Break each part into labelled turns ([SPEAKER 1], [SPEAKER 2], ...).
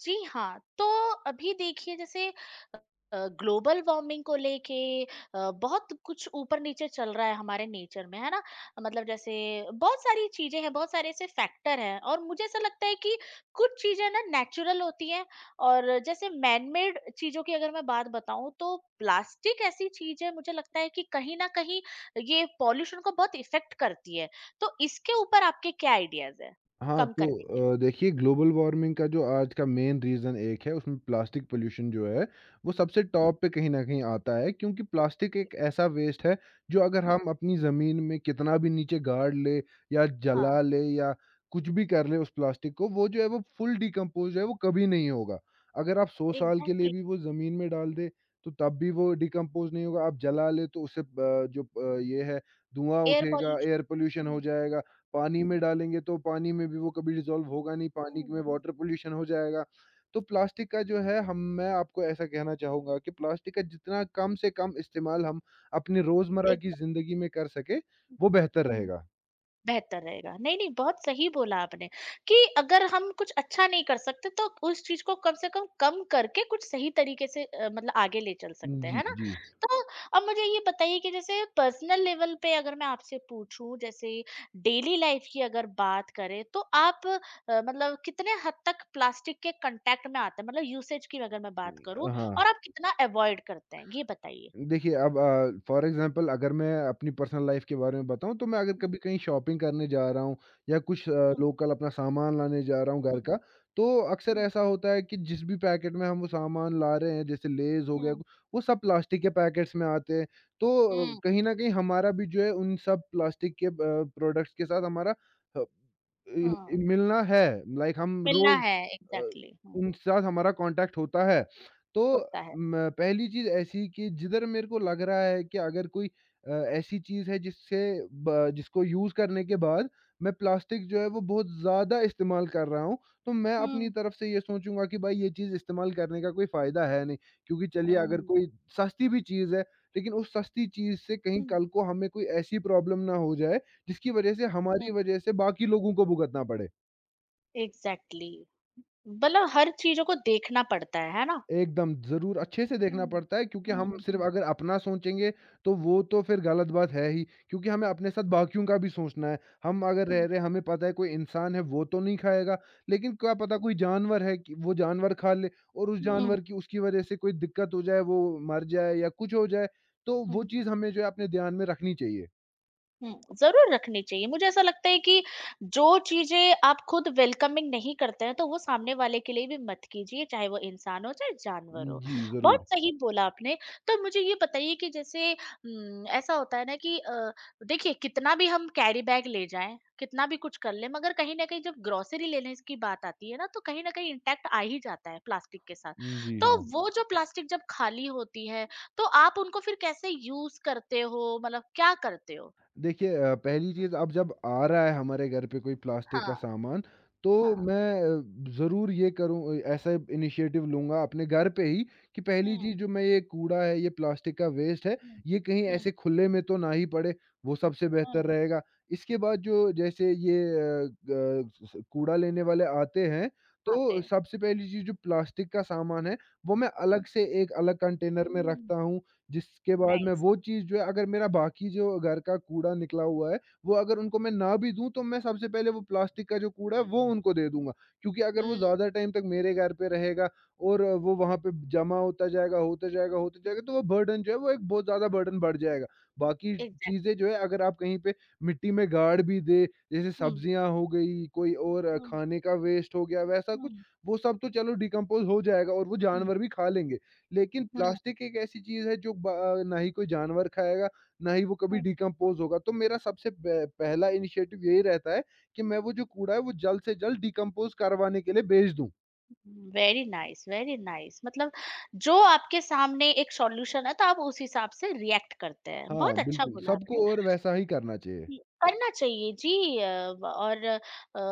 [SPEAKER 1] जी हाँ, तो अभी देखिए जैसे ग्लोबल वार्मिंग को लेके बहुत कुछ ऊपर-नीचे चल रहा है हमारे नेचर में, है ना? मतलब जैसे बहुत सारी चीज़ें हैं, बहुत सारे ऐसे फैक्टर हैं और मुझे ऐसा लगता है कि कुछ चीज़ें ना नेचुरल होती हैं और जैसे मैन-मेड चीज़ों की अगर मैं बात बताऊँ तो प्लास्टिक ऐसी चीज़ है मुझे लगता है कि कहीं न कहीं ये पॉल्यूशन को बहुत इफ़ेक्ट करती है। तो इसके ऊपर आपके क्या आइडियाज़ हैं,
[SPEAKER 2] हाँ,
[SPEAKER 1] कम करने के लिए?
[SPEAKER 2] तो देखिए ग्लोबल वार्मिंग का जो आज का मेन रीज़न एक है उसमें प्लास्टिक पॉल्यूशन जो है, वो सबसे टॉप पे कहीं न कहीं आता है क्योंकि प्लास्टिक एक ऐसा वेस्ट है जो अगर
[SPEAKER 1] हुँ, हुँ,
[SPEAKER 2] हम अपनी ज़मीन में कितना भी नीचे गाड़ ले या जला
[SPEAKER 1] हाँ।
[SPEAKER 2] ले या कुछ भी कर ले उस प्लास्टिक को, वो जो है वो फुल डिकम्पोज़ है वो कभी नहीं होगा। अगर आप 100 साल के लिए
[SPEAKER 1] Exactly.
[SPEAKER 2] भी वो ज़मीन में डाल दें, तो तब भी वो डिकम्पोज़ नहीं होगा, आप जला लें तो उससे ये है धुआँ
[SPEAKER 1] Air
[SPEAKER 2] उठेगा,
[SPEAKER 1] pollution.
[SPEAKER 2] Air pollution
[SPEAKER 1] Hmm.
[SPEAKER 2] हो जाएगा। पानी
[SPEAKER 1] Hmm.
[SPEAKER 2] में डालेंगे तो पानी में भी वो कभी डिज़ोल्व होगा नहीं, पानी में
[SPEAKER 1] Hmm. Mm.
[SPEAKER 2] वाटर पॉल्यूशन हो जाएगा। तो प्लास्टिक का जो है हम मैं आपको ऐसा कहना चाहूँगा कि प्लास्टिक का जितना कम से कम इस्तेमाल हम अपनी रोज़मर्रा की
[SPEAKER 1] Exactly.
[SPEAKER 2] ज़िंदगी में कर सकें, वो बेहतर
[SPEAKER 1] Hmm.
[SPEAKER 2] रहेगा।
[SPEAKER 1] बेहतर रहेगा। नहीं, नहीं बहुत सही बोला आपने कि अगर हम कुछ अच्छा नहीं कर सकते तो उस चीज़ को कम से कम कम करके कुछ सही तरीके से मतलब आगे ले चल सकते हैं,
[SPEAKER 2] जी,
[SPEAKER 1] है ना?
[SPEAKER 2] जी।
[SPEAKER 1] तो अब मुझे ये बताइए कि जैसे पर्सनल लेवल पे अगर मैं आपसे पूछूँ जैसे डेली लाइफ़ की अगर बात करें तो आप मतलब कितने हद तक प्लास्टिक के कॉन्टैक्ट में आते हैं? मतलब यूसेज की अगर मैं बात करूँ
[SPEAKER 2] हाँ।
[SPEAKER 1] और आप कितना अवॉइड करते हैं? ये बताइए?
[SPEAKER 2] देखिए, अब फॉर एग्ज़ाम्पल अगर मैं अपनी पर्सनल लाइफ़ के बारे में बताऊँ, तो मैं अगर कभी
[SPEAKER 1] हुँ,
[SPEAKER 2] कहीं शॉपिंग करने जा रहा हूँ या
[SPEAKER 1] हुँ,
[SPEAKER 2] लोकल अपना सामान लाने जा रहा हूँ घर
[SPEAKER 1] हुँ,
[SPEAKER 2] का, तो अक्सर
[SPEAKER 1] हुँ,
[SPEAKER 2] ऐसा होता है कि जिस भी पैकेट में हम वो सामान ला रहे हैं, जैसे लेज़ हो गया,
[SPEAKER 1] हुँ,
[SPEAKER 2] वो सब प्लास्टिक के पैकेट्स में आते हैं। तो
[SPEAKER 1] हुँ,
[SPEAKER 2] कहीं न कहीं हमारा भी जो है उन सब प्लास्टिक के प्रोडक्ट्स के साथ हमारा अ, इ
[SPEAKER 1] हुँ।
[SPEAKER 2] मिलना है, लाइक हम
[SPEAKER 1] मिलना
[SPEAKER 2] रोज़
[SPEAKER 1] है
[SPEAKER 2] अ,
[SPEAKER 1] एग्ज़ैक्टली हुँ,
[SPEAKER 2] उनके साथ हमारा कॉन्टैक्ट होता है। तो
[SPEAKER 1] होता है।
[SPEAKER 2] म पहली चीज़ ऐसी कि जिधर मेरे को लग रहा है कि अगर कोई ऐसी चीज़ है जिससे ब जिसको यूज़ करने के बाद मैं प्लास्टिक जो है वो बहुत ज़्यादा इस्तेमाल कर रहा हूँ, तो मैं अपनी
[SPEAKER 1] हुँ।
[SPEAKER 2] तरफ से ये सोचूँगा कि भाई ये चीज़ इस्तेमाल करने का कोई फ़ायदा है नहीं। क्योंकि चलिए अगर
[SPEAKER 1] हुँ।
[SPEAKER 2] कोई सस्ती भी चीज़ है, लेकिन उस सस्ती चीज़ से कहीं
[SPEAKER 1] हुँ।
[SPEAKER 2] कल को हमें कोई ऐसी प्रॉब्लम ना हो जाए, जिसकी वज़ह से
[SPEAKER 1] हुँ,
[SPEAKER 2] हमारी वज़ह से बाकी लोगों को भुगतना पड़े।
[SPEAKER 1] एग्ज़ैक्टली मतलब हर चीज़ों को देखना पड़ता है ना?
[SPEAKER 2] एकदम, ज़रूर अच्छे से देखना
[SPEAKER 1] हुँ।
[SPEAKER 2] पड़ता है क्योंकि हम
[SPEAKER 1] हुँ,
[SPEAKER 2] हुँ। सिर्फ़
[SPEAKER 1] हुँ,
[SPEAKER 2] अगर अपना सोचेंगे, तो वो तो फिर गलत बात है ही क्योंकि हमें अपने साथ बाकियों का भी सोचना है। हम अगर रह
[SPEAKER 1] हुँ।
[SPEAKER 2] रहे हैं, हमें पता है कोई इंसान है वो तो नहीं खाएगा, लेकिन क्या पता कोई जानवर है कि वो जानवर खा ले और उस
[SPEAKER 1] हुँ,
[SPEAKER 2] जानवर की उसकी वज़ह से कोई दिक्कत हो जाए, वो मर जाए या कुछ हो जाए, तो वो
[SPEAKER 1] हुँ।
[SPEAKER 2] चीज़ हमें जो है अपने ध्यान में रखनी चाहिए।
[SPEAKER 1] हुँ, ज़रूर रखनी चाहिए। मुझे ऐसा लगता है कि जो चीज़ें आप खुद वेलकमिंग नहीं करते हैं, तो वो सामने वाले के लिए भी मत कीजिए, चाहे वो इंसान हो, चाहे जानवर हो।
[SPEAKER 2] जी, ज़रूर।
[SPEAKER 1] बहुत सही बोला आपने। तो मुझे ये बताइए कि जैसे ऐसा होता है ना कि देखिए कितना भी हम कैरी बैग ले जाएँ, कितना भी कुछ कर लें, मगर कहीं न कहीं जब ग्रोसरी लेने की बात आती है ना, तो कहीं न कहीं इंटैक्ट आ ही जाता है प्लास्टिक के साथ।
[SPEAKER 2] जी,
[SPEAKER 1] तो
[SPEAKER 2] हाँ।
[SPEAKER 1] वो जो प्लास्टिक जब खाली होती है, तो आप उनको फिर कैसे यूज़ करते हो? मतलब क्या करते हो?
[SPEAKER 2] देखिए पहली चीज़ अब जब आ रहा है हमारे घर पे कोई प्लास्टिक का
[SPEAKER 1] हाँ,
[SPEAKER 2] सामान, तो
[SPEAKER 1] हाँ।
[SPEAKER 2] मैं ज़रूर ये करूँ, ऐसा इनिशिएटिव लूँगा अपने घर पे ही कि पहली
[SPEAKER 1] हुँ,
[SPEAKER 2] चीज़ जो मैं ये कूड़ा है, ये प्लास्टिक का वेस्ट है,
[SPEAKER 1] हुँ,
[SPEAKER 2] ये कहीं
[SPEAKER 1] हुँ,
[SPEAKER 2] ऐसे खुले में तो ना ही पड़े, वो सबसे बेहतर
[SPEAKER 1] हुँ,
[SPEAKER 2] रहेगा। इसके बाद जो जैसे ये अ, ग स कूड़ा लेने वाले आते हैं,
[SPEAKER 1] आते
[SPEAKER 2] तो
[SPEAKER 1] हैं।
[SPEAKER 2] सबसे पहली चीज़ जो प्लास्टिक का सामान है, वो मैं
[SPEAKER 1] हुँ,
[SPEAKER 2] अलग से एक अलग कंटेनर में
[SPEAKER 1] हुँ,
[SPEAKER 2] रखता हूँ। जिसके बाद मैं
[SPEAKER 1] नाइस।
[SPEAKER 2] वो चीज़ जो है अगर मेरा बाकी जो घर का कूड़ा निकला हुआ है, वो अगर उनको मैं ना भी दूँ तो मैं सबसे पहले वो प्लास्टिक का जो कूड़ा है वो उनको दे दूँगा। क्योंकि अगर वो
[SPEAKER 1] हुँ,
[SPEAKER 2] ज़्यादा टाइम तक मेरे घर पे रहेगा और वो वहाँ पे जमा होता जाएगा, होता जाएगा, होता जाएगा तो वो बर्डन जो है वो एक बहुत ज़्यादा बर्डन बढ़ जाएगा। बाकी
[SPEAKER 1] एग्ज़ैक्ट
[SPEAKER 2] चीज़ें जो है अगर आप कहीं पे मिट्टी में गाड़ भी दें, जैसे
[SPEAKER 1] हुँ,
[SPEAKER 2] सब्जियाँ हो गई, कोई और
[SPEAKER 1] हुँ,
[SPEAKER 2] खाने का वेस्ट हो गया वैसा कुछ,
[SPEAKER 1] हुँ,
[SPEAKER 2] वो सब तो चलो डिकम्पोज़ हो जाएगा और वो
[SPEAKER 1] हुँ,
[SPEAKER 2] जानवर भी खा लेंगे। लेकिन
[SPEAKER 1] हुँ,
[SPEAKER 2] प्लास्टिक एक ऐसी चीज़ है जो ना ही कोई जानवर खाएगा, ना ही वो कभी
[SPEAKER 1] हुँ,
[SPEAKER 2] डिकम्पोज़ होगा। तो मेरा सबसे प पहला इनिशिएटिव यही रहता है कि मैं वो जो कूड़ा है, वो जल्द से जल्द डिकम्पोज़ करवाने के लिए भेज दूँ।
[SPEAKER 1] वेरी नाइस मतलब जो आपके सामने एक सॉल्यूशन है तो आप उस हिसाब से रिएक्ट करते हैं।
[SPEAKER 2] हाँ,
[SPEAKER 1] बहुत अच्छा
[SPEAKER 2] बिल्कुल।
[SPEAKER 1] बोला आपने।
[SPEAKER 2] सबको और वैसा ही करना चाहिए।
[SPEAKER 1] जी, करना चाहिए जी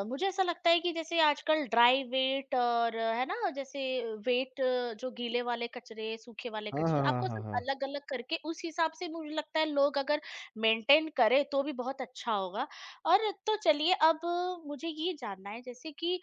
[SPEAKER 1] मुझे ऐसा लगता है कि जैसे आजकल ड्राई वेट और है ना जैसे वेट जो गीले वाले कचरे, सूखे वाले
[SPEAKER 2] हाँ, हाँ,
[SPEAKER 1] कचरे
[SPEAKER 2] हाँ,
[SPEAKER 1] आपको
[SPEAKER 2] हाँ,
[SPEAKER 1] सब
[SPEAKER 2] हाँ।
[SPEAKER 1] अलग-अलग करके उस हिसाब से मुझे लगता है लोग अगर मेंटेन करें तो भी बहुत अच्छा होगा। और तो चलिए अब मुझे ये जानना है जैसे कि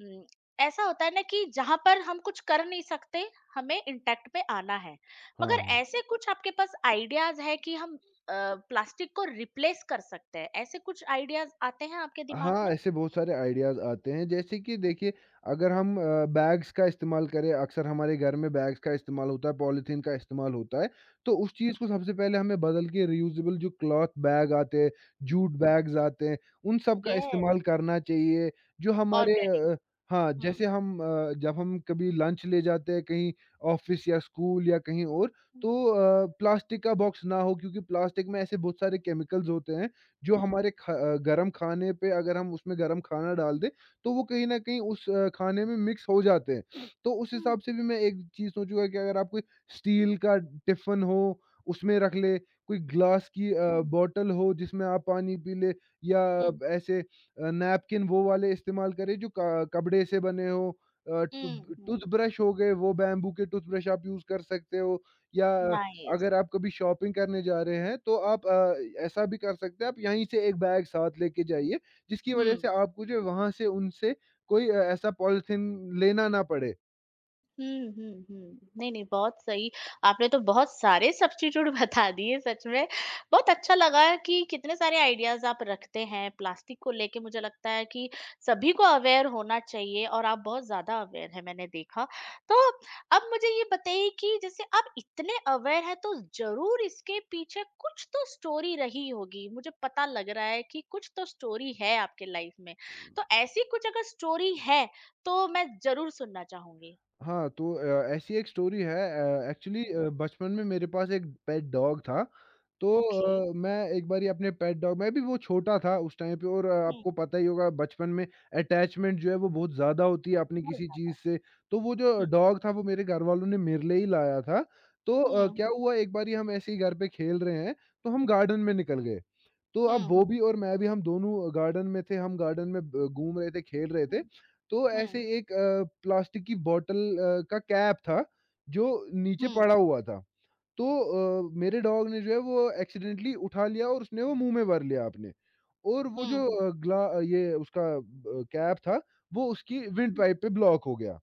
[SPEAKER 1] उम, ऐसा होता है ना कि जहाँ पर हम कुछ कर नहीं सकते, हमें इम्पैक्ट पे आना है।
[SPEAKER 2] हाँ,
[SPEAKER 1] मगर
[SPEAKER 2] हाँ।
[SPEAKER 1] ऐसे कुछ आपके पास आइडियाज़ है कि हम प्लास्टिक को रिप्लेस कर सकते हैं ऐसे कुछ आइडियाज आते हैं आपके दिमाग
[SPEAKER 2] हाँ,
[SPEAKER 1] में
[SPEAKER 2] ऐसे बहुत सारे आइडियाज़ आते हैं। जैसे कि देखिए अगर हम बैग्स का इस्तेमाल करें, अक्सर हमारे घर में बैग्स का इस्तेमाल होता है, पॉलीथीन का इस्तेमाल होता है। तो उस चीज़ को सबसे पहले हमें बदल के रीयूजेबल जो क्लॉथ बैग आते हैं, जूट बैग्स आते हैं, उन सब का
[SPEAKER 1] यस
[SPEAKER 2] इस्तेमाल करना चाहिए। जो हमारे
[SPEAKER 1] ऑर्गेनिक
[SPEAKER 2] हाँ,
[SPEAKER 1] हम्म
[SPEAKER 2] जैसे हम जब हम कभी लंच ले जाते हैं कहीं ऑफ़िस या स्कूल या कहीं और, तो प्लास्टिक का बॉक्स ना हो क्योंकि प्लास्टिक में ऐसे बहुत सारे केमिकल्स होते हैं जो
[SPEAKER 1] हम्म
[SPEAKER 2] हमारे गरम खाने पे अगर हम उसमें गरम खाना डाल दें, तो वो कहीं न कहीं उस खाने में मिक्स हो जाते हैं। तो उस
[SPEAKER 1] हम्म
[SPEAKER 2] हिसाब से भी मैं एक चीज़ सोचूँगा कि अगर आप कोई स्टील का टिफ़िन हो, उसमें रख ले, कोई ग्लास की बॉटल हो जिसमें आप पानी पी ले या
[SPEAKER 1] हम्म
[SPEAKER 2] ऐसे नैपकिन वो वाले इस्तेमाल करें जो क कपड़े से बने हों। अ, टू
[SPEAKER 1] हम्म
[SPEAKER 2] टूथब्रश हो गए, वो बैम्बू के टूथब्रश आप यूज़ कर सकते हो या
[SPEAKER 1] नाइस
[SPEAKER 2] अगर आप कभी शॉपिंग करने जा रहे हैं तो आप ऐसा भी कर सकते हैं आप यहीं से एक बैग साथ लेके जाइए जिसकी वज़ह से आपको जो है वहाँ से उनसे कोई ऐसा पॉलिथीन लेना ना पड़े।
[SPEAKER 1] हुँ, हुँ, हुँ। नहीं, नहीं बहुत सही, आपने तो बहुत सारे सब्स्टिट्यूट बता दिए सच में। बहुत अच्छा लगा कि कितने सारे आइडियाज़ आप रखते हैं प्लास्टिक को लेके मुझे लगता है कि सभी को अवेयर होना चाहिए और आप बहुत ज़्यादा अवेयर हैं मैंने देखा। तो अब मुझे ये बताइए कि जैसे आप इतने अवेयर हैं तो ज़रूर इसके पीछे कुछ तो स्टोरी रही होगी। मुझे पता लग रहा है कि कुछ तो स्टोरी है आपके लाइफ़ में। तो ऐसी कुछ अगर स्टोरी है, तो मैं ज़रूर सुनना चाहूँगी।
[SPEAKER 2] हाँ, तो ऐसी एक स्टोरी है एक्चुअली बचपन में मेरे पास एक पेट डॉग था। तो
[SPEAKER 1] ओके।
[SPEAKER 2] मैं एक बारी अपने पेट डॉग मैं भी वो छोटा था उस टाइम पे और
[SPEAKER 1] हुँ,
[SPEAKER 2] आपको पता ही होगा बचपन में अटैचमेंट जो है वो बहुत ज़्यादा होती है अपनी
[SPEAKER 1] बहुत
[SPEAKER 2] किसी चीज़
[SPEAKER 1] ज़्यादा।
[SPEAKER 2] से। तो वो जो
[SPEAKER 1] हुँ,
[SPEAKER 2] डॉग था वो मेरे घरवालों ने मेरे लिए ही लाया था। तो
[SPEAKER 1] हुँ,
[SPEAKER 2] क्या हुआ एक बारी हम ऐसे ही घर पे खेल रहे हैं, तो हम गार्डन में निकल गए। तो अब
[SPEAKER 1] हुँ,
[SPEAKER 2] वो
[SPEAKER 1] हुँ,
[SPEAKER 2] भी और मैं भी हम दोनों गार्डन में थे, हम गार्डन में ब घूम रहे थे, खेल रहे थे।
[SPEAKER 1] हुँ,
[SPEAKER 2] तो ऐसे
[SPEAKER 1] हुँ,
[SPEAKER 2] एक प्लास्टिक की बॉटल का कैप था, जो नीचे
[SPEAKER 1] हुँ,
[SPEAKER 2] पड़ा हुआ था। तो मेरे डॉग ने जो है वो एक्सीडेंटली उठा लिया और उसने वो मुँह में भर लिया अपने। और वो
[SPEAKER 1] हुँ,
[SPEAKER 2] जो
[SPEAKER 1] हुँ,
[SPEAKER 2] ये उसका ब कैप था, वो उसकी विंड
[SPEAKER 1] हुँ।
[SPEAKER 2] पाइप पे ब्लॉक हो गया।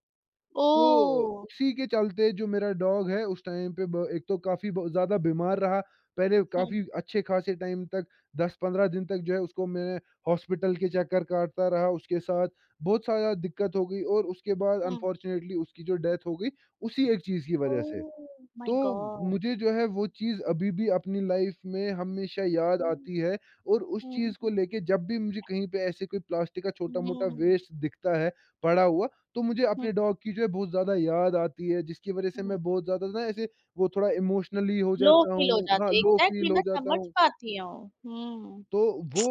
[SPEAKER 2] तो
[SPEAKER 1] ओह!
[SPEAKER 2] उसी के चलते जो मेरा डॉग है उस टाइम पे ब एक तो काफ़ी ब ज़्यादा बीमार रहा। पहले काफ़ी
[SPEAKER 1] हुँ,
[SPEAKER 2] अच्छे खासे टाइम तक 10-15 दिन तक जो है उसको मैंने हॉस्पिटल के चक्कर काटता रहा, उसके साथ बहुत सारा दिक्कत हो गई और उसके बाद
[SPEAKER 1] हुँ।
[SPEAKER 2] अनफॉर्चुनेटली उसकी जो डेथ हो गई, उसी एक चीज़ की वजह से।
[SPEAKER 1] ओह
[SPEAKER 2] तो
[SPEAKER 1] माय गॉड!
[SPEAKER 2] मुझे जो है वो चीज़ अभी भी अपनी लाइफ में हमेशा याद
[SPEAKER 1] हुँ,
[SPEAKER 2] आती है और उस
[SPEAKER 1] हुँ,
[SPEAKER 2] चीज़ को लेके जब भी मुझे कहीं पे ऐसे कोई प्लास्टिक का छोटा-मोटा
[SPEAKER 1] हुँ,
[SPEAKER 2] वेस्ट दिखता है पड़ा हुआ, तो मुझे
[SPEAKER 1] हुँ,
[SPEAKER 2] अपने डॉग की जो है बहुत ज़्यादा याद आती है, जिसकी वज़ह से
[SPEAKER 1] हुँ।
[SPEAKER 2] मैं बहुत ज़्यादा ना ऐसे वो थोड़ा इमोशनली हो
[SPEAKER 1] लो
[SPEAKER 2] जाता
[SPEAKER 1] फील हो
[SPEAKER 2] हूँ हाँ,
[SPEAKER 1] जाते हैं,
[SPEAKER 2] लो फील
[SPEAKER 1] एग्ज़ैक्टली
[SPEAKER 2] हो
[SPEAKER 1] मैं
[SPEAKER 2] जाता
[SPEAKER 1] समझ
[SPEAKER 2] हूँ।
[SPEAKER 1] पाती हूँ। हुँ।
[SPEAKER 2] तो वो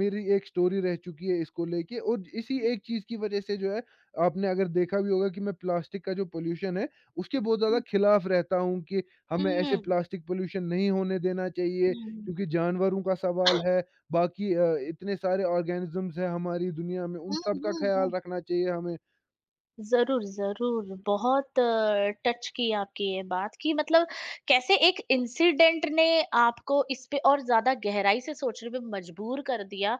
[SPEAKER 2] मेरी एक स्टोरी रह चुकी है इसको लेके और इसी
[SPEAKER 1] हुँ,
[SPEAKER 2] एक चीज़ की वज़ह से जो है, आपने अगर देखा भी होगा कि मैं प्लास्टिक का जो पॉल्यूशन है, उसके बहुत ज़्यादा
[SPEAKER 1] हुँ,
[SPEAKER 2] खिलाफ़ रहता हूँ कि
[SPEAKER 1] हुँ,
[SPEAKER 2] हमें ऐसे
[SPEAKER 1] हुँ,
[SPEAKER 2] प्लास्टिक पॉल्यूशन नहीं होने देना चाहिए
[SPEAKER 1] हुँ,
[SPEAKER 2] क्योंकि जानवरों का सवाल है, बाकी इतने सारे ऑर्गेनिज़म्स हैं हमारी दुनिया में, उन
[SPEAKER 1] हुँ,
[SPEAKER 2] सब का ख़्याल
[SPEAKER 1] हुँ।
[SPEAKER 2] रखना चाहिए हमें।
[SPEAKER 1] ज़रूर, ज़रूर। बहुत टच की आपकी ये बात कि मतलब कैसे एक इंसिडेंट ने आपको इस पे और ज़्यादा गहराई से सोचने पे मजबूर कर दिया।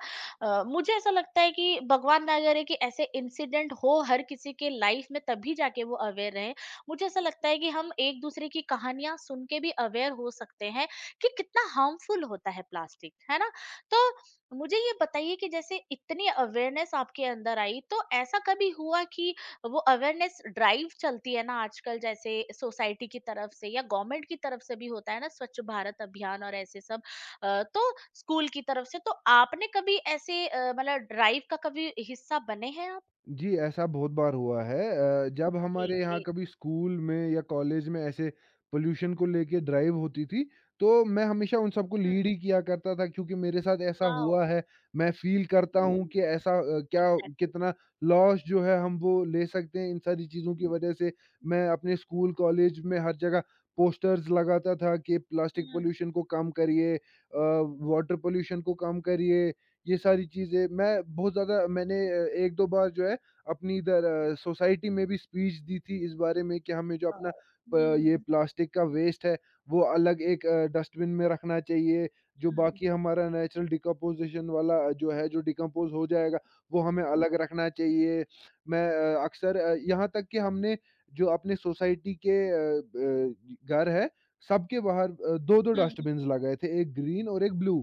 [SPEAKER 1] मुझे ऐसा लगता है कि भगवान ना करे कि ऐसे इंसिडेंट हो हर किसी के लाइफ में तभी जाके वो अवेयर रहे। मुझे ऐसा लगता है कि हम एक-दूसरे की कहानियाँ सुन के भी अवेयर हो सकते हैं कि कितना हार्मफुल होता है प्लास्टिक, है ना? तो मुझे ये बताइए कि जैसे इतनी अवेयरनेस आपके अंदर आई, तो ऐसा कभी हुआ कि वो अवेयरनेस ड्राइव चलती है ना आजकल जैसे सोसाइटी की तरफ से या गवर्नमेंट की तरफ से भी होता है ना स्वच्छ भारत अभियान और ऐसे सब तो स्कूल की तरफ से तो आपने कभी ऐसे मतलब ड्राइव का कभी हिस्सा बने हैं आप
[SPEAKER 2] जी, ऐसा बहुत बार हुआ है जब हमारे यहाँ
[SPEAKER 1] ग्रेट
[SPEAKER 2] कभी स्कूल में या कॉलेज में ऐसे पोल्यूशन को लेके ड्राइव होती थी, तो मैं हमेशा उन सबको लीड ही किया करता था क्योंकि मेरे साथ ऐसा
[SPEAKER 1] वाओ
[SPEAKER 2] हुआ है। मैं फ़ील करता हूँ कि ऐसा अ, क्या
[SPEAKER 1] एग्जैक्टली
[SPEAKER 2] कितना लॉस जो है हम वो ले सकते हैं इन सारी चीज़ों की वज़ह से। मैं अपने स्कूल, कॉलेज में हर जगह पोस्टर्स लगाता था कि प्लास्टिक पोल्यूशन को कम करिए, वाटर पोल्यूशन को कम करिए, ये सारी चीज़ें। मैं बहुत ज़्यादा मैंने अ, 1-2 बार जो है अपनी इधर सोसाइटी में भी स्पीच दी थी इस बारे में कि हमें जो अपना प ये प्लास्टिक का वेस्ट है, वो अलग एक डस्टबिन में रखना चाहिए, जो बाकी हमारा नेचुरल डिकम्पोज़िशन वाला जो है, जो डिकम्पोज़ हो जाएगा, वो हमें अलग रखना चाहिए। मैं अक्सर, यहाँ तक कि हमने जो अपने सोसाइटी के अ, ब घर है, सबके बाहर 2-2 डस्टबिन्स लगाए थे, एक ग्रीन और एक ब्लू।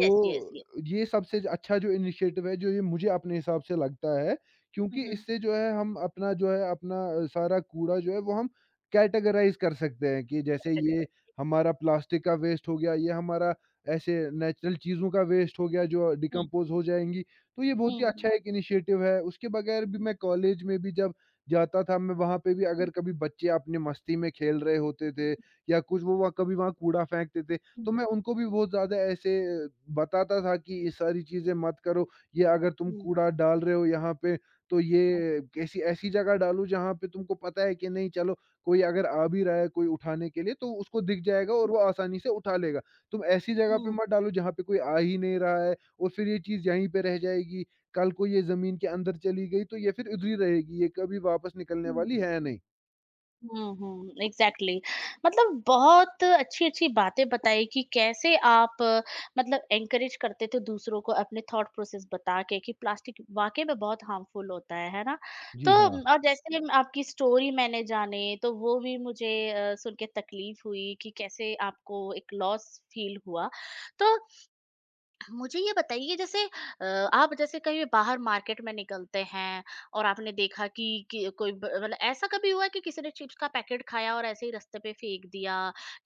[SPEAKER 2] तो
[SPEAKER 1] यस, यस।
[SPEAKER 2] ये सबसे ज अच्छा जो इनिशिएटिव है, जो ये मुझे अपने हिसाब से लगता है, क्योंकि इससे जो है हम अपना जो है अपना सारा कूड़ा जो है वो हम कैटेगराइज़ कर सकते हैं कि जैसे
[SPEAKER 1] Agree.
[SPEAKER 2] ये हमारा प्लास्टिक का वेस्ट हो गया, ये हमारा ऐसे नेचुरल चीज़ों का वेस्ट हो गया जो डिकम्पोज़ हो जाएँगी। तो ये बहुत
[SPEAKER 1] हम्म,
[SPEAKER 2] ही
[SPEAKER 1] हम्म, हम्म,
[SPEAKER 2] अच्छा एक इनिशिएटिव है, उसके बगैर भी मैं कॉलेज में भी जब जाता था। मैं वहाँ पे भी अगर
[SPEAKER 1] हम्म,
[SPEAKER 2] कभी बच्चे अपनी मस्ती में खेल रहे होते थे या कुछ वो वहाँ कभी वहाँ कूड़ा फेंकते थे।
[SPEAKER 1] हम्म,
[SPEAKER 2] तो मैं उनको भी बहुत ज़्यादा ऐसे बताता था कि ये सारी चीज़ें मत करो, ये अगर तुम
[SPEAKER 1] हम्म, हम्म,
[SPEAKER 2] कूड़ा डाल रहे हो यहाँ पे, तो ये कैसी ऐसी जगह डालो जहाँ पे तुमको पता है कि नहीं। चलो, कोई अगर आ भी रहा है कोई उठाने के लिए तो उसको दिख जाएगा और वो आसानी से उठा लेगा। तुम ऐसी जगह पे
[SPEAKER 1] हम्म,
[SPEAKER 2] मत डालो जहाँ पे कोई आ ही नहीं रहा है और फिर ये चीज़ यहीं पे रह जाएगी। कल को ये ज़मीन के अंदर चली गई तो ये फिर उधर ही रहेगी, ये कभी वापस निकलने
[SPEAKER 1] हम्म,
[SPEAKER 2] वाली है नहीं।
[SPEAKER 1] हुँ, हुँ, एग्ज़ैक्टली मतलब बहुत अच्छी-अच्छी बातें बताई कि कैसे आप मतलब एनकरेज करते थे दूसरों को अपने थॉट प्रोसेस बता के कि प्लास्टिक वाक़ई में बहुत हार्मफुल होता है ना? तो
[SPEAKER 2] जी, हाँ।
[SPEAKER 1] और जैसे हम आपकी स्टोरी मैंने जाने तो वो भी मुझे सुन के तकलीफ़ हुई कि कैसे आपको एक लॉस फ़ील हुआ। तो मुझे ये बताइए जैसे अ, आप जैसे कहीं बाहर मार्केट में निकलते हैं और आपने देखा कि, कि कोई मतलब ऐसा कभी हुआ है कि किसी ने चिप्स का पैकेट खाया और ऐसे ही रास्ते पे फेंक दिया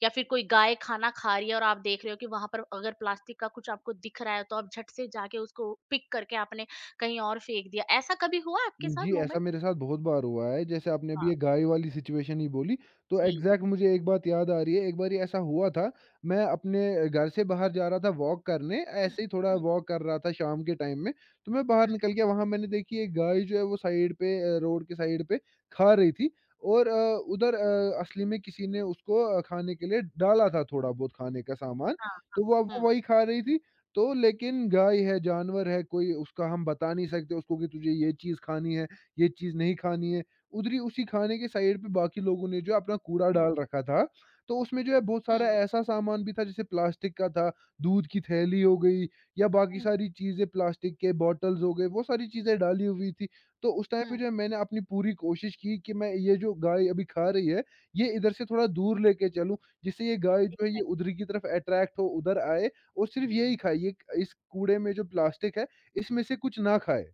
[SPEAKER 1] या फिर कोई गाय खाना खा रही है और आप देख रहे हो कि वहां पर अगर प्लास्टिक का कुछ आपको दिख रहा है तो आप झट से जाके उसको पिक करके आपने कहीं और फेंक दिया ऐसा कभी हुआ आपके साथ
[SPEAKER 2] जी, ऐसा
[SPEAKER 1] मोमेंट
[SPEAKER 2] मेरे साथ बहुत बार हुआ है, जैसे आपने अभी
[SPEAKER 1] हाँ
[SPEAKER 2] ये गाय वाली सिचुएशन ही बोली, तो
[SPEAKER 1] जी
[SPEAKER 2] एग्ज़ैक्ट मुझे एक बात याद आ रही है। एक बारी ऐसा हुआ था, मैं अपने घर से बाहर जा रहा था वॉक करने,
[SPEAKER 1] हम्म,
[SPEAKER 2] ऐसे ही थोड़ा
[SPEAKER 1] हम्म,
[SPEAKER 2] वॉक कर रहा था शाम के टाइम में। तो मैं बाहर निकल गया, वहाँ मैंने देखी एक गाय जो है वो साइड पे रोड के साइड पे खा रही थी और उधर असली में किसी ने उसको खाने के लिए डाला था थोड़ा बहुत खाने का सामान।
[SPEAKER 1] हाँ
[SPEAKER 2] तो
[SPEAKER 1] हाँ,
[SPEAKER 2] वो अब वो
[SPEAKER 1] हम्म
[SPEAKER 2] वही खा रही थी। तो लेकिन गाय है, जानवर है, कोई उसका हम बता नहीं सकते उसको कि तुझे ये चीज़ खानी है, ये चीज़ नहीं खानी है। उधरी उसी खाने के साइड पे बाकी लोगों ने जो है अपना कूड़ा डाल रखा था। तो उसमें जो है बहुत सारा
[SPEAKER 1] हम्म
[SPEAKER 2] ऐसा सामान भी था जैसे प्लास्टिक का था, दूध की थैली हो गई या बाकी
[SPEAKER 1] हम्म
[SPEAKER 2] सारी चीज़ें प्लास्टिक के बॉटल्स हो गए, वो सारी चीज़ें डाली हुई थी। तो उस टाइम
[SPEAKER 1] हम्म
[SPEAKER 2] पे
[SPEAKER 1] हम्म
[SPEAKER 2] जो है मैंने अपनी पूरी कोशिश की कि मैं ये जो गाय अभी खा रही है, ये इधर से थोड़ा दूर लेके चलूँ, जिससे ये गाय जो है ये उधर की तरफ अट्रैक्ट हो, उधर आए और सिर्फ़ यही खाए, ये इस कूड़े में जो प्लास्टिक है, इसमें से कुछ ना खाए।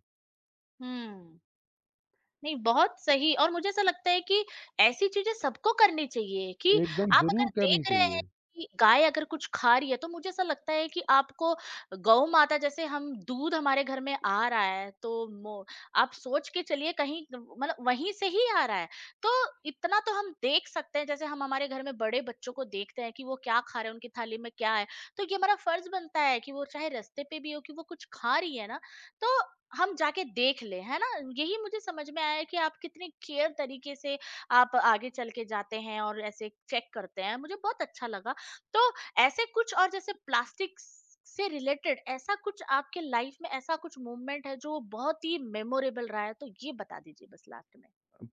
[SPEAKER 1] हम्म नहीं, बहुत सही और मुझे ऐसा लगता है कि ऐसी चीज़ें सबको करनी चाहिए कि
[SPEAKER 2] एकदम
[SPEAKER 1] आप
[SPEAKER 2] ज़रूर
[SPEAKER 1] अगर
[SPEAKER 2] करनी
[SPEAKER 1] देख रहे हैं
[SPEAKER 2] चाहिए।
[SPEAKER 1] कि गाय अगर कुछ खा रही है, तो मुझे ऐसा लगता है कि आपको गौ माता जैसे हम दूध हमारे घर में आ रहा है, तो मो आप सोच के चलिए कहीं मतलब वहीं से ही आ रहा है। तो इतना तो हम देख सकते हैं, जैसे हम हमारे घर में बड़े बच्चों को देखते हैं कि वो क्या खा रहे हैं, उनकी थाली में क्या है। तो ये हमारा फर्ज़ बनता है कि वो चाहे रास्ते पे भी हो कि वो कुछ खा रही है ना, तो हम जाके देख लें, है ना? यही मुझे समझ में आया कि आप कितने केयर तरीके से आप आगे चल के जाते हैं और ऐसे चेक करते हैं, मुझे बहुत अच्छा लगा। तो ऐसे कुछ और जैसे प्लास्टिक स से रिलेटेड ऐसा कुछ आपके लाइफ में ऐसा कुछ मूवमेंट है जो बहुत ही मेमोरेबल रहा है? तो ये बता दीजिए बस लास्ट में।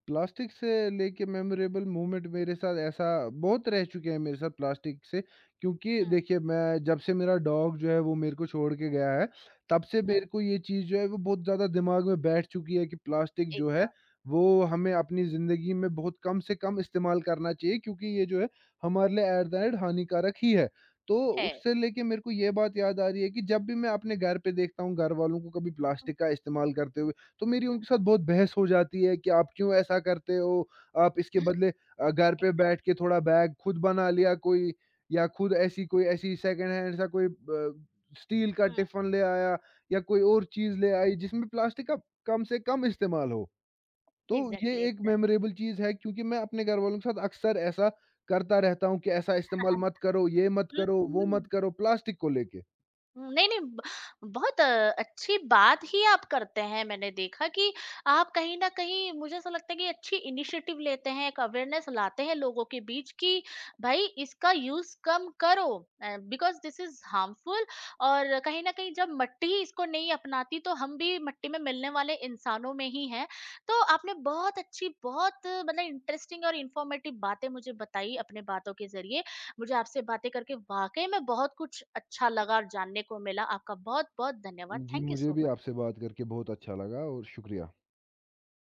[SPEAKER 2] प्लास्टिक से लेके मेमोरेबल मोमेंट मेरे साथ ऐसा बहुत रह चुके हैं मेरे साथ प्लास्टिक से, क्योंकि
[SPEAKER 1] हुँ,
[SPEAKER 2] देखिए मैं जब से मेरा डॉग जो है वो मेरे को छोड़ के गया है, तब से
[SPEAKER 1] हुँ,
[SPEAKER 2] मेरे को ये चीज़ जो है वो बहुत ज़्यादा दिमाग में बैठ चुकी है कि प्लास्टिक जो है
[SPEAKER 1] एकदम
[SPEAKER 2] वो हमें अपनी ज़िंदगी में बहुत कम से कम इस्तेमाल करना चाहिए, क्योंकि ये जो है हमारे लिए एट द एंड हानिकारक ही है। तो
[SPEAKER 1] है।
[SPEAKER 2] उससे लेके मेरे को ये बात याद आ रही है कि जब भी मैं अपने घर पे देखता हूँ घर वालों को कभी
[SPEAKER 1] हुँ,
[SPEAKER 2] प्लास्टिक का इस्तेमाल करते हुए, तो मेरी उनके साथ बहुत बहस हो जाती है कि आप क्यों ऐसा करते हो? आप इसके बदले घर
[SPEAKER 1] एक
[SPEAKER 2] पे बैठ के थोड़ा बैग खुद बना लिया कोई या खुद ऐसी कोई ऐसी सेकंड हैंड सा कोई ब स्टील का
[SPEAKER 1] हुँ,
[SPEAKER 2] टिफ़िन ले आया या कोई और चीज़ ले आई जिसमें प्लास्टिक का कम से कम इस्तेमाल हो। तो ये
[SPEAKER 1] एग्ज़ैक्टली,
[SPEAKER 2] एक
[SPEAKER 1] एग्ज़ैक्टली।
[SPEAKER 2] मेमोरेबल चीज़ है, क्योंकि मैं अपने घरवालों के साथ अक्सर ऐसा करता रहता हूँ कि ऐसा
[SPEAKER 1] हाँ,
[SPEAKER 2] इस्तेमाल
[SPEAKER 1] हाँ।
[SPEAKER 2] मत करो, ये मत
[SPEAKER 1] हुँ,
[SPEAKER 2] करो, वो मत
[SPEAKER 1] हुँ।
[SPEAKER 2] करो, प्लास्टिक को लेके।
[SPEAKER 1] हुँ, नहीं, नहीं ब बहुत अच्छी बात ही आप करते हैं। मैंने देखा कि आप कहीं न कहीं मुझे ऐसा लगता है कि अच्छी इनिशिएटिव लेते हैं, एक अवेयरनेस लाते हैं लोगों के बीच कि भाई इसका यूज़ कम करो बिकॉज़ दिस इज़ हार्मफुल और कहीं न कहीं जब मट्टी इसको नहीं अपनाती तो हम भी मट्टी में मिलने वाले इंसानों में ही हैं। तो आपने बहुत अच्छी, बहुत मतलब इंटरेस्टिंग और इन्फॉर्मेटिव बातें मुझे बताई अपने बातों के ज़रिए। मुझे आपसे बातें करके वाकई में बहुत कुछ अच्छा लगा और जानने को मिला। आपका बहुत बहुत धन्यवाद।
[SPEAKER 2] जी,
[SPEAKER 1] थैंक यू
[SPEAKER 2] मुझे
[SPEAKER 1] सो
[SPEAKER 2] भी
[SPEAKER 1] मच।
[SPEAKER 2] आपसे बात करके बहुत अच्छा लगा और शुक्रिया।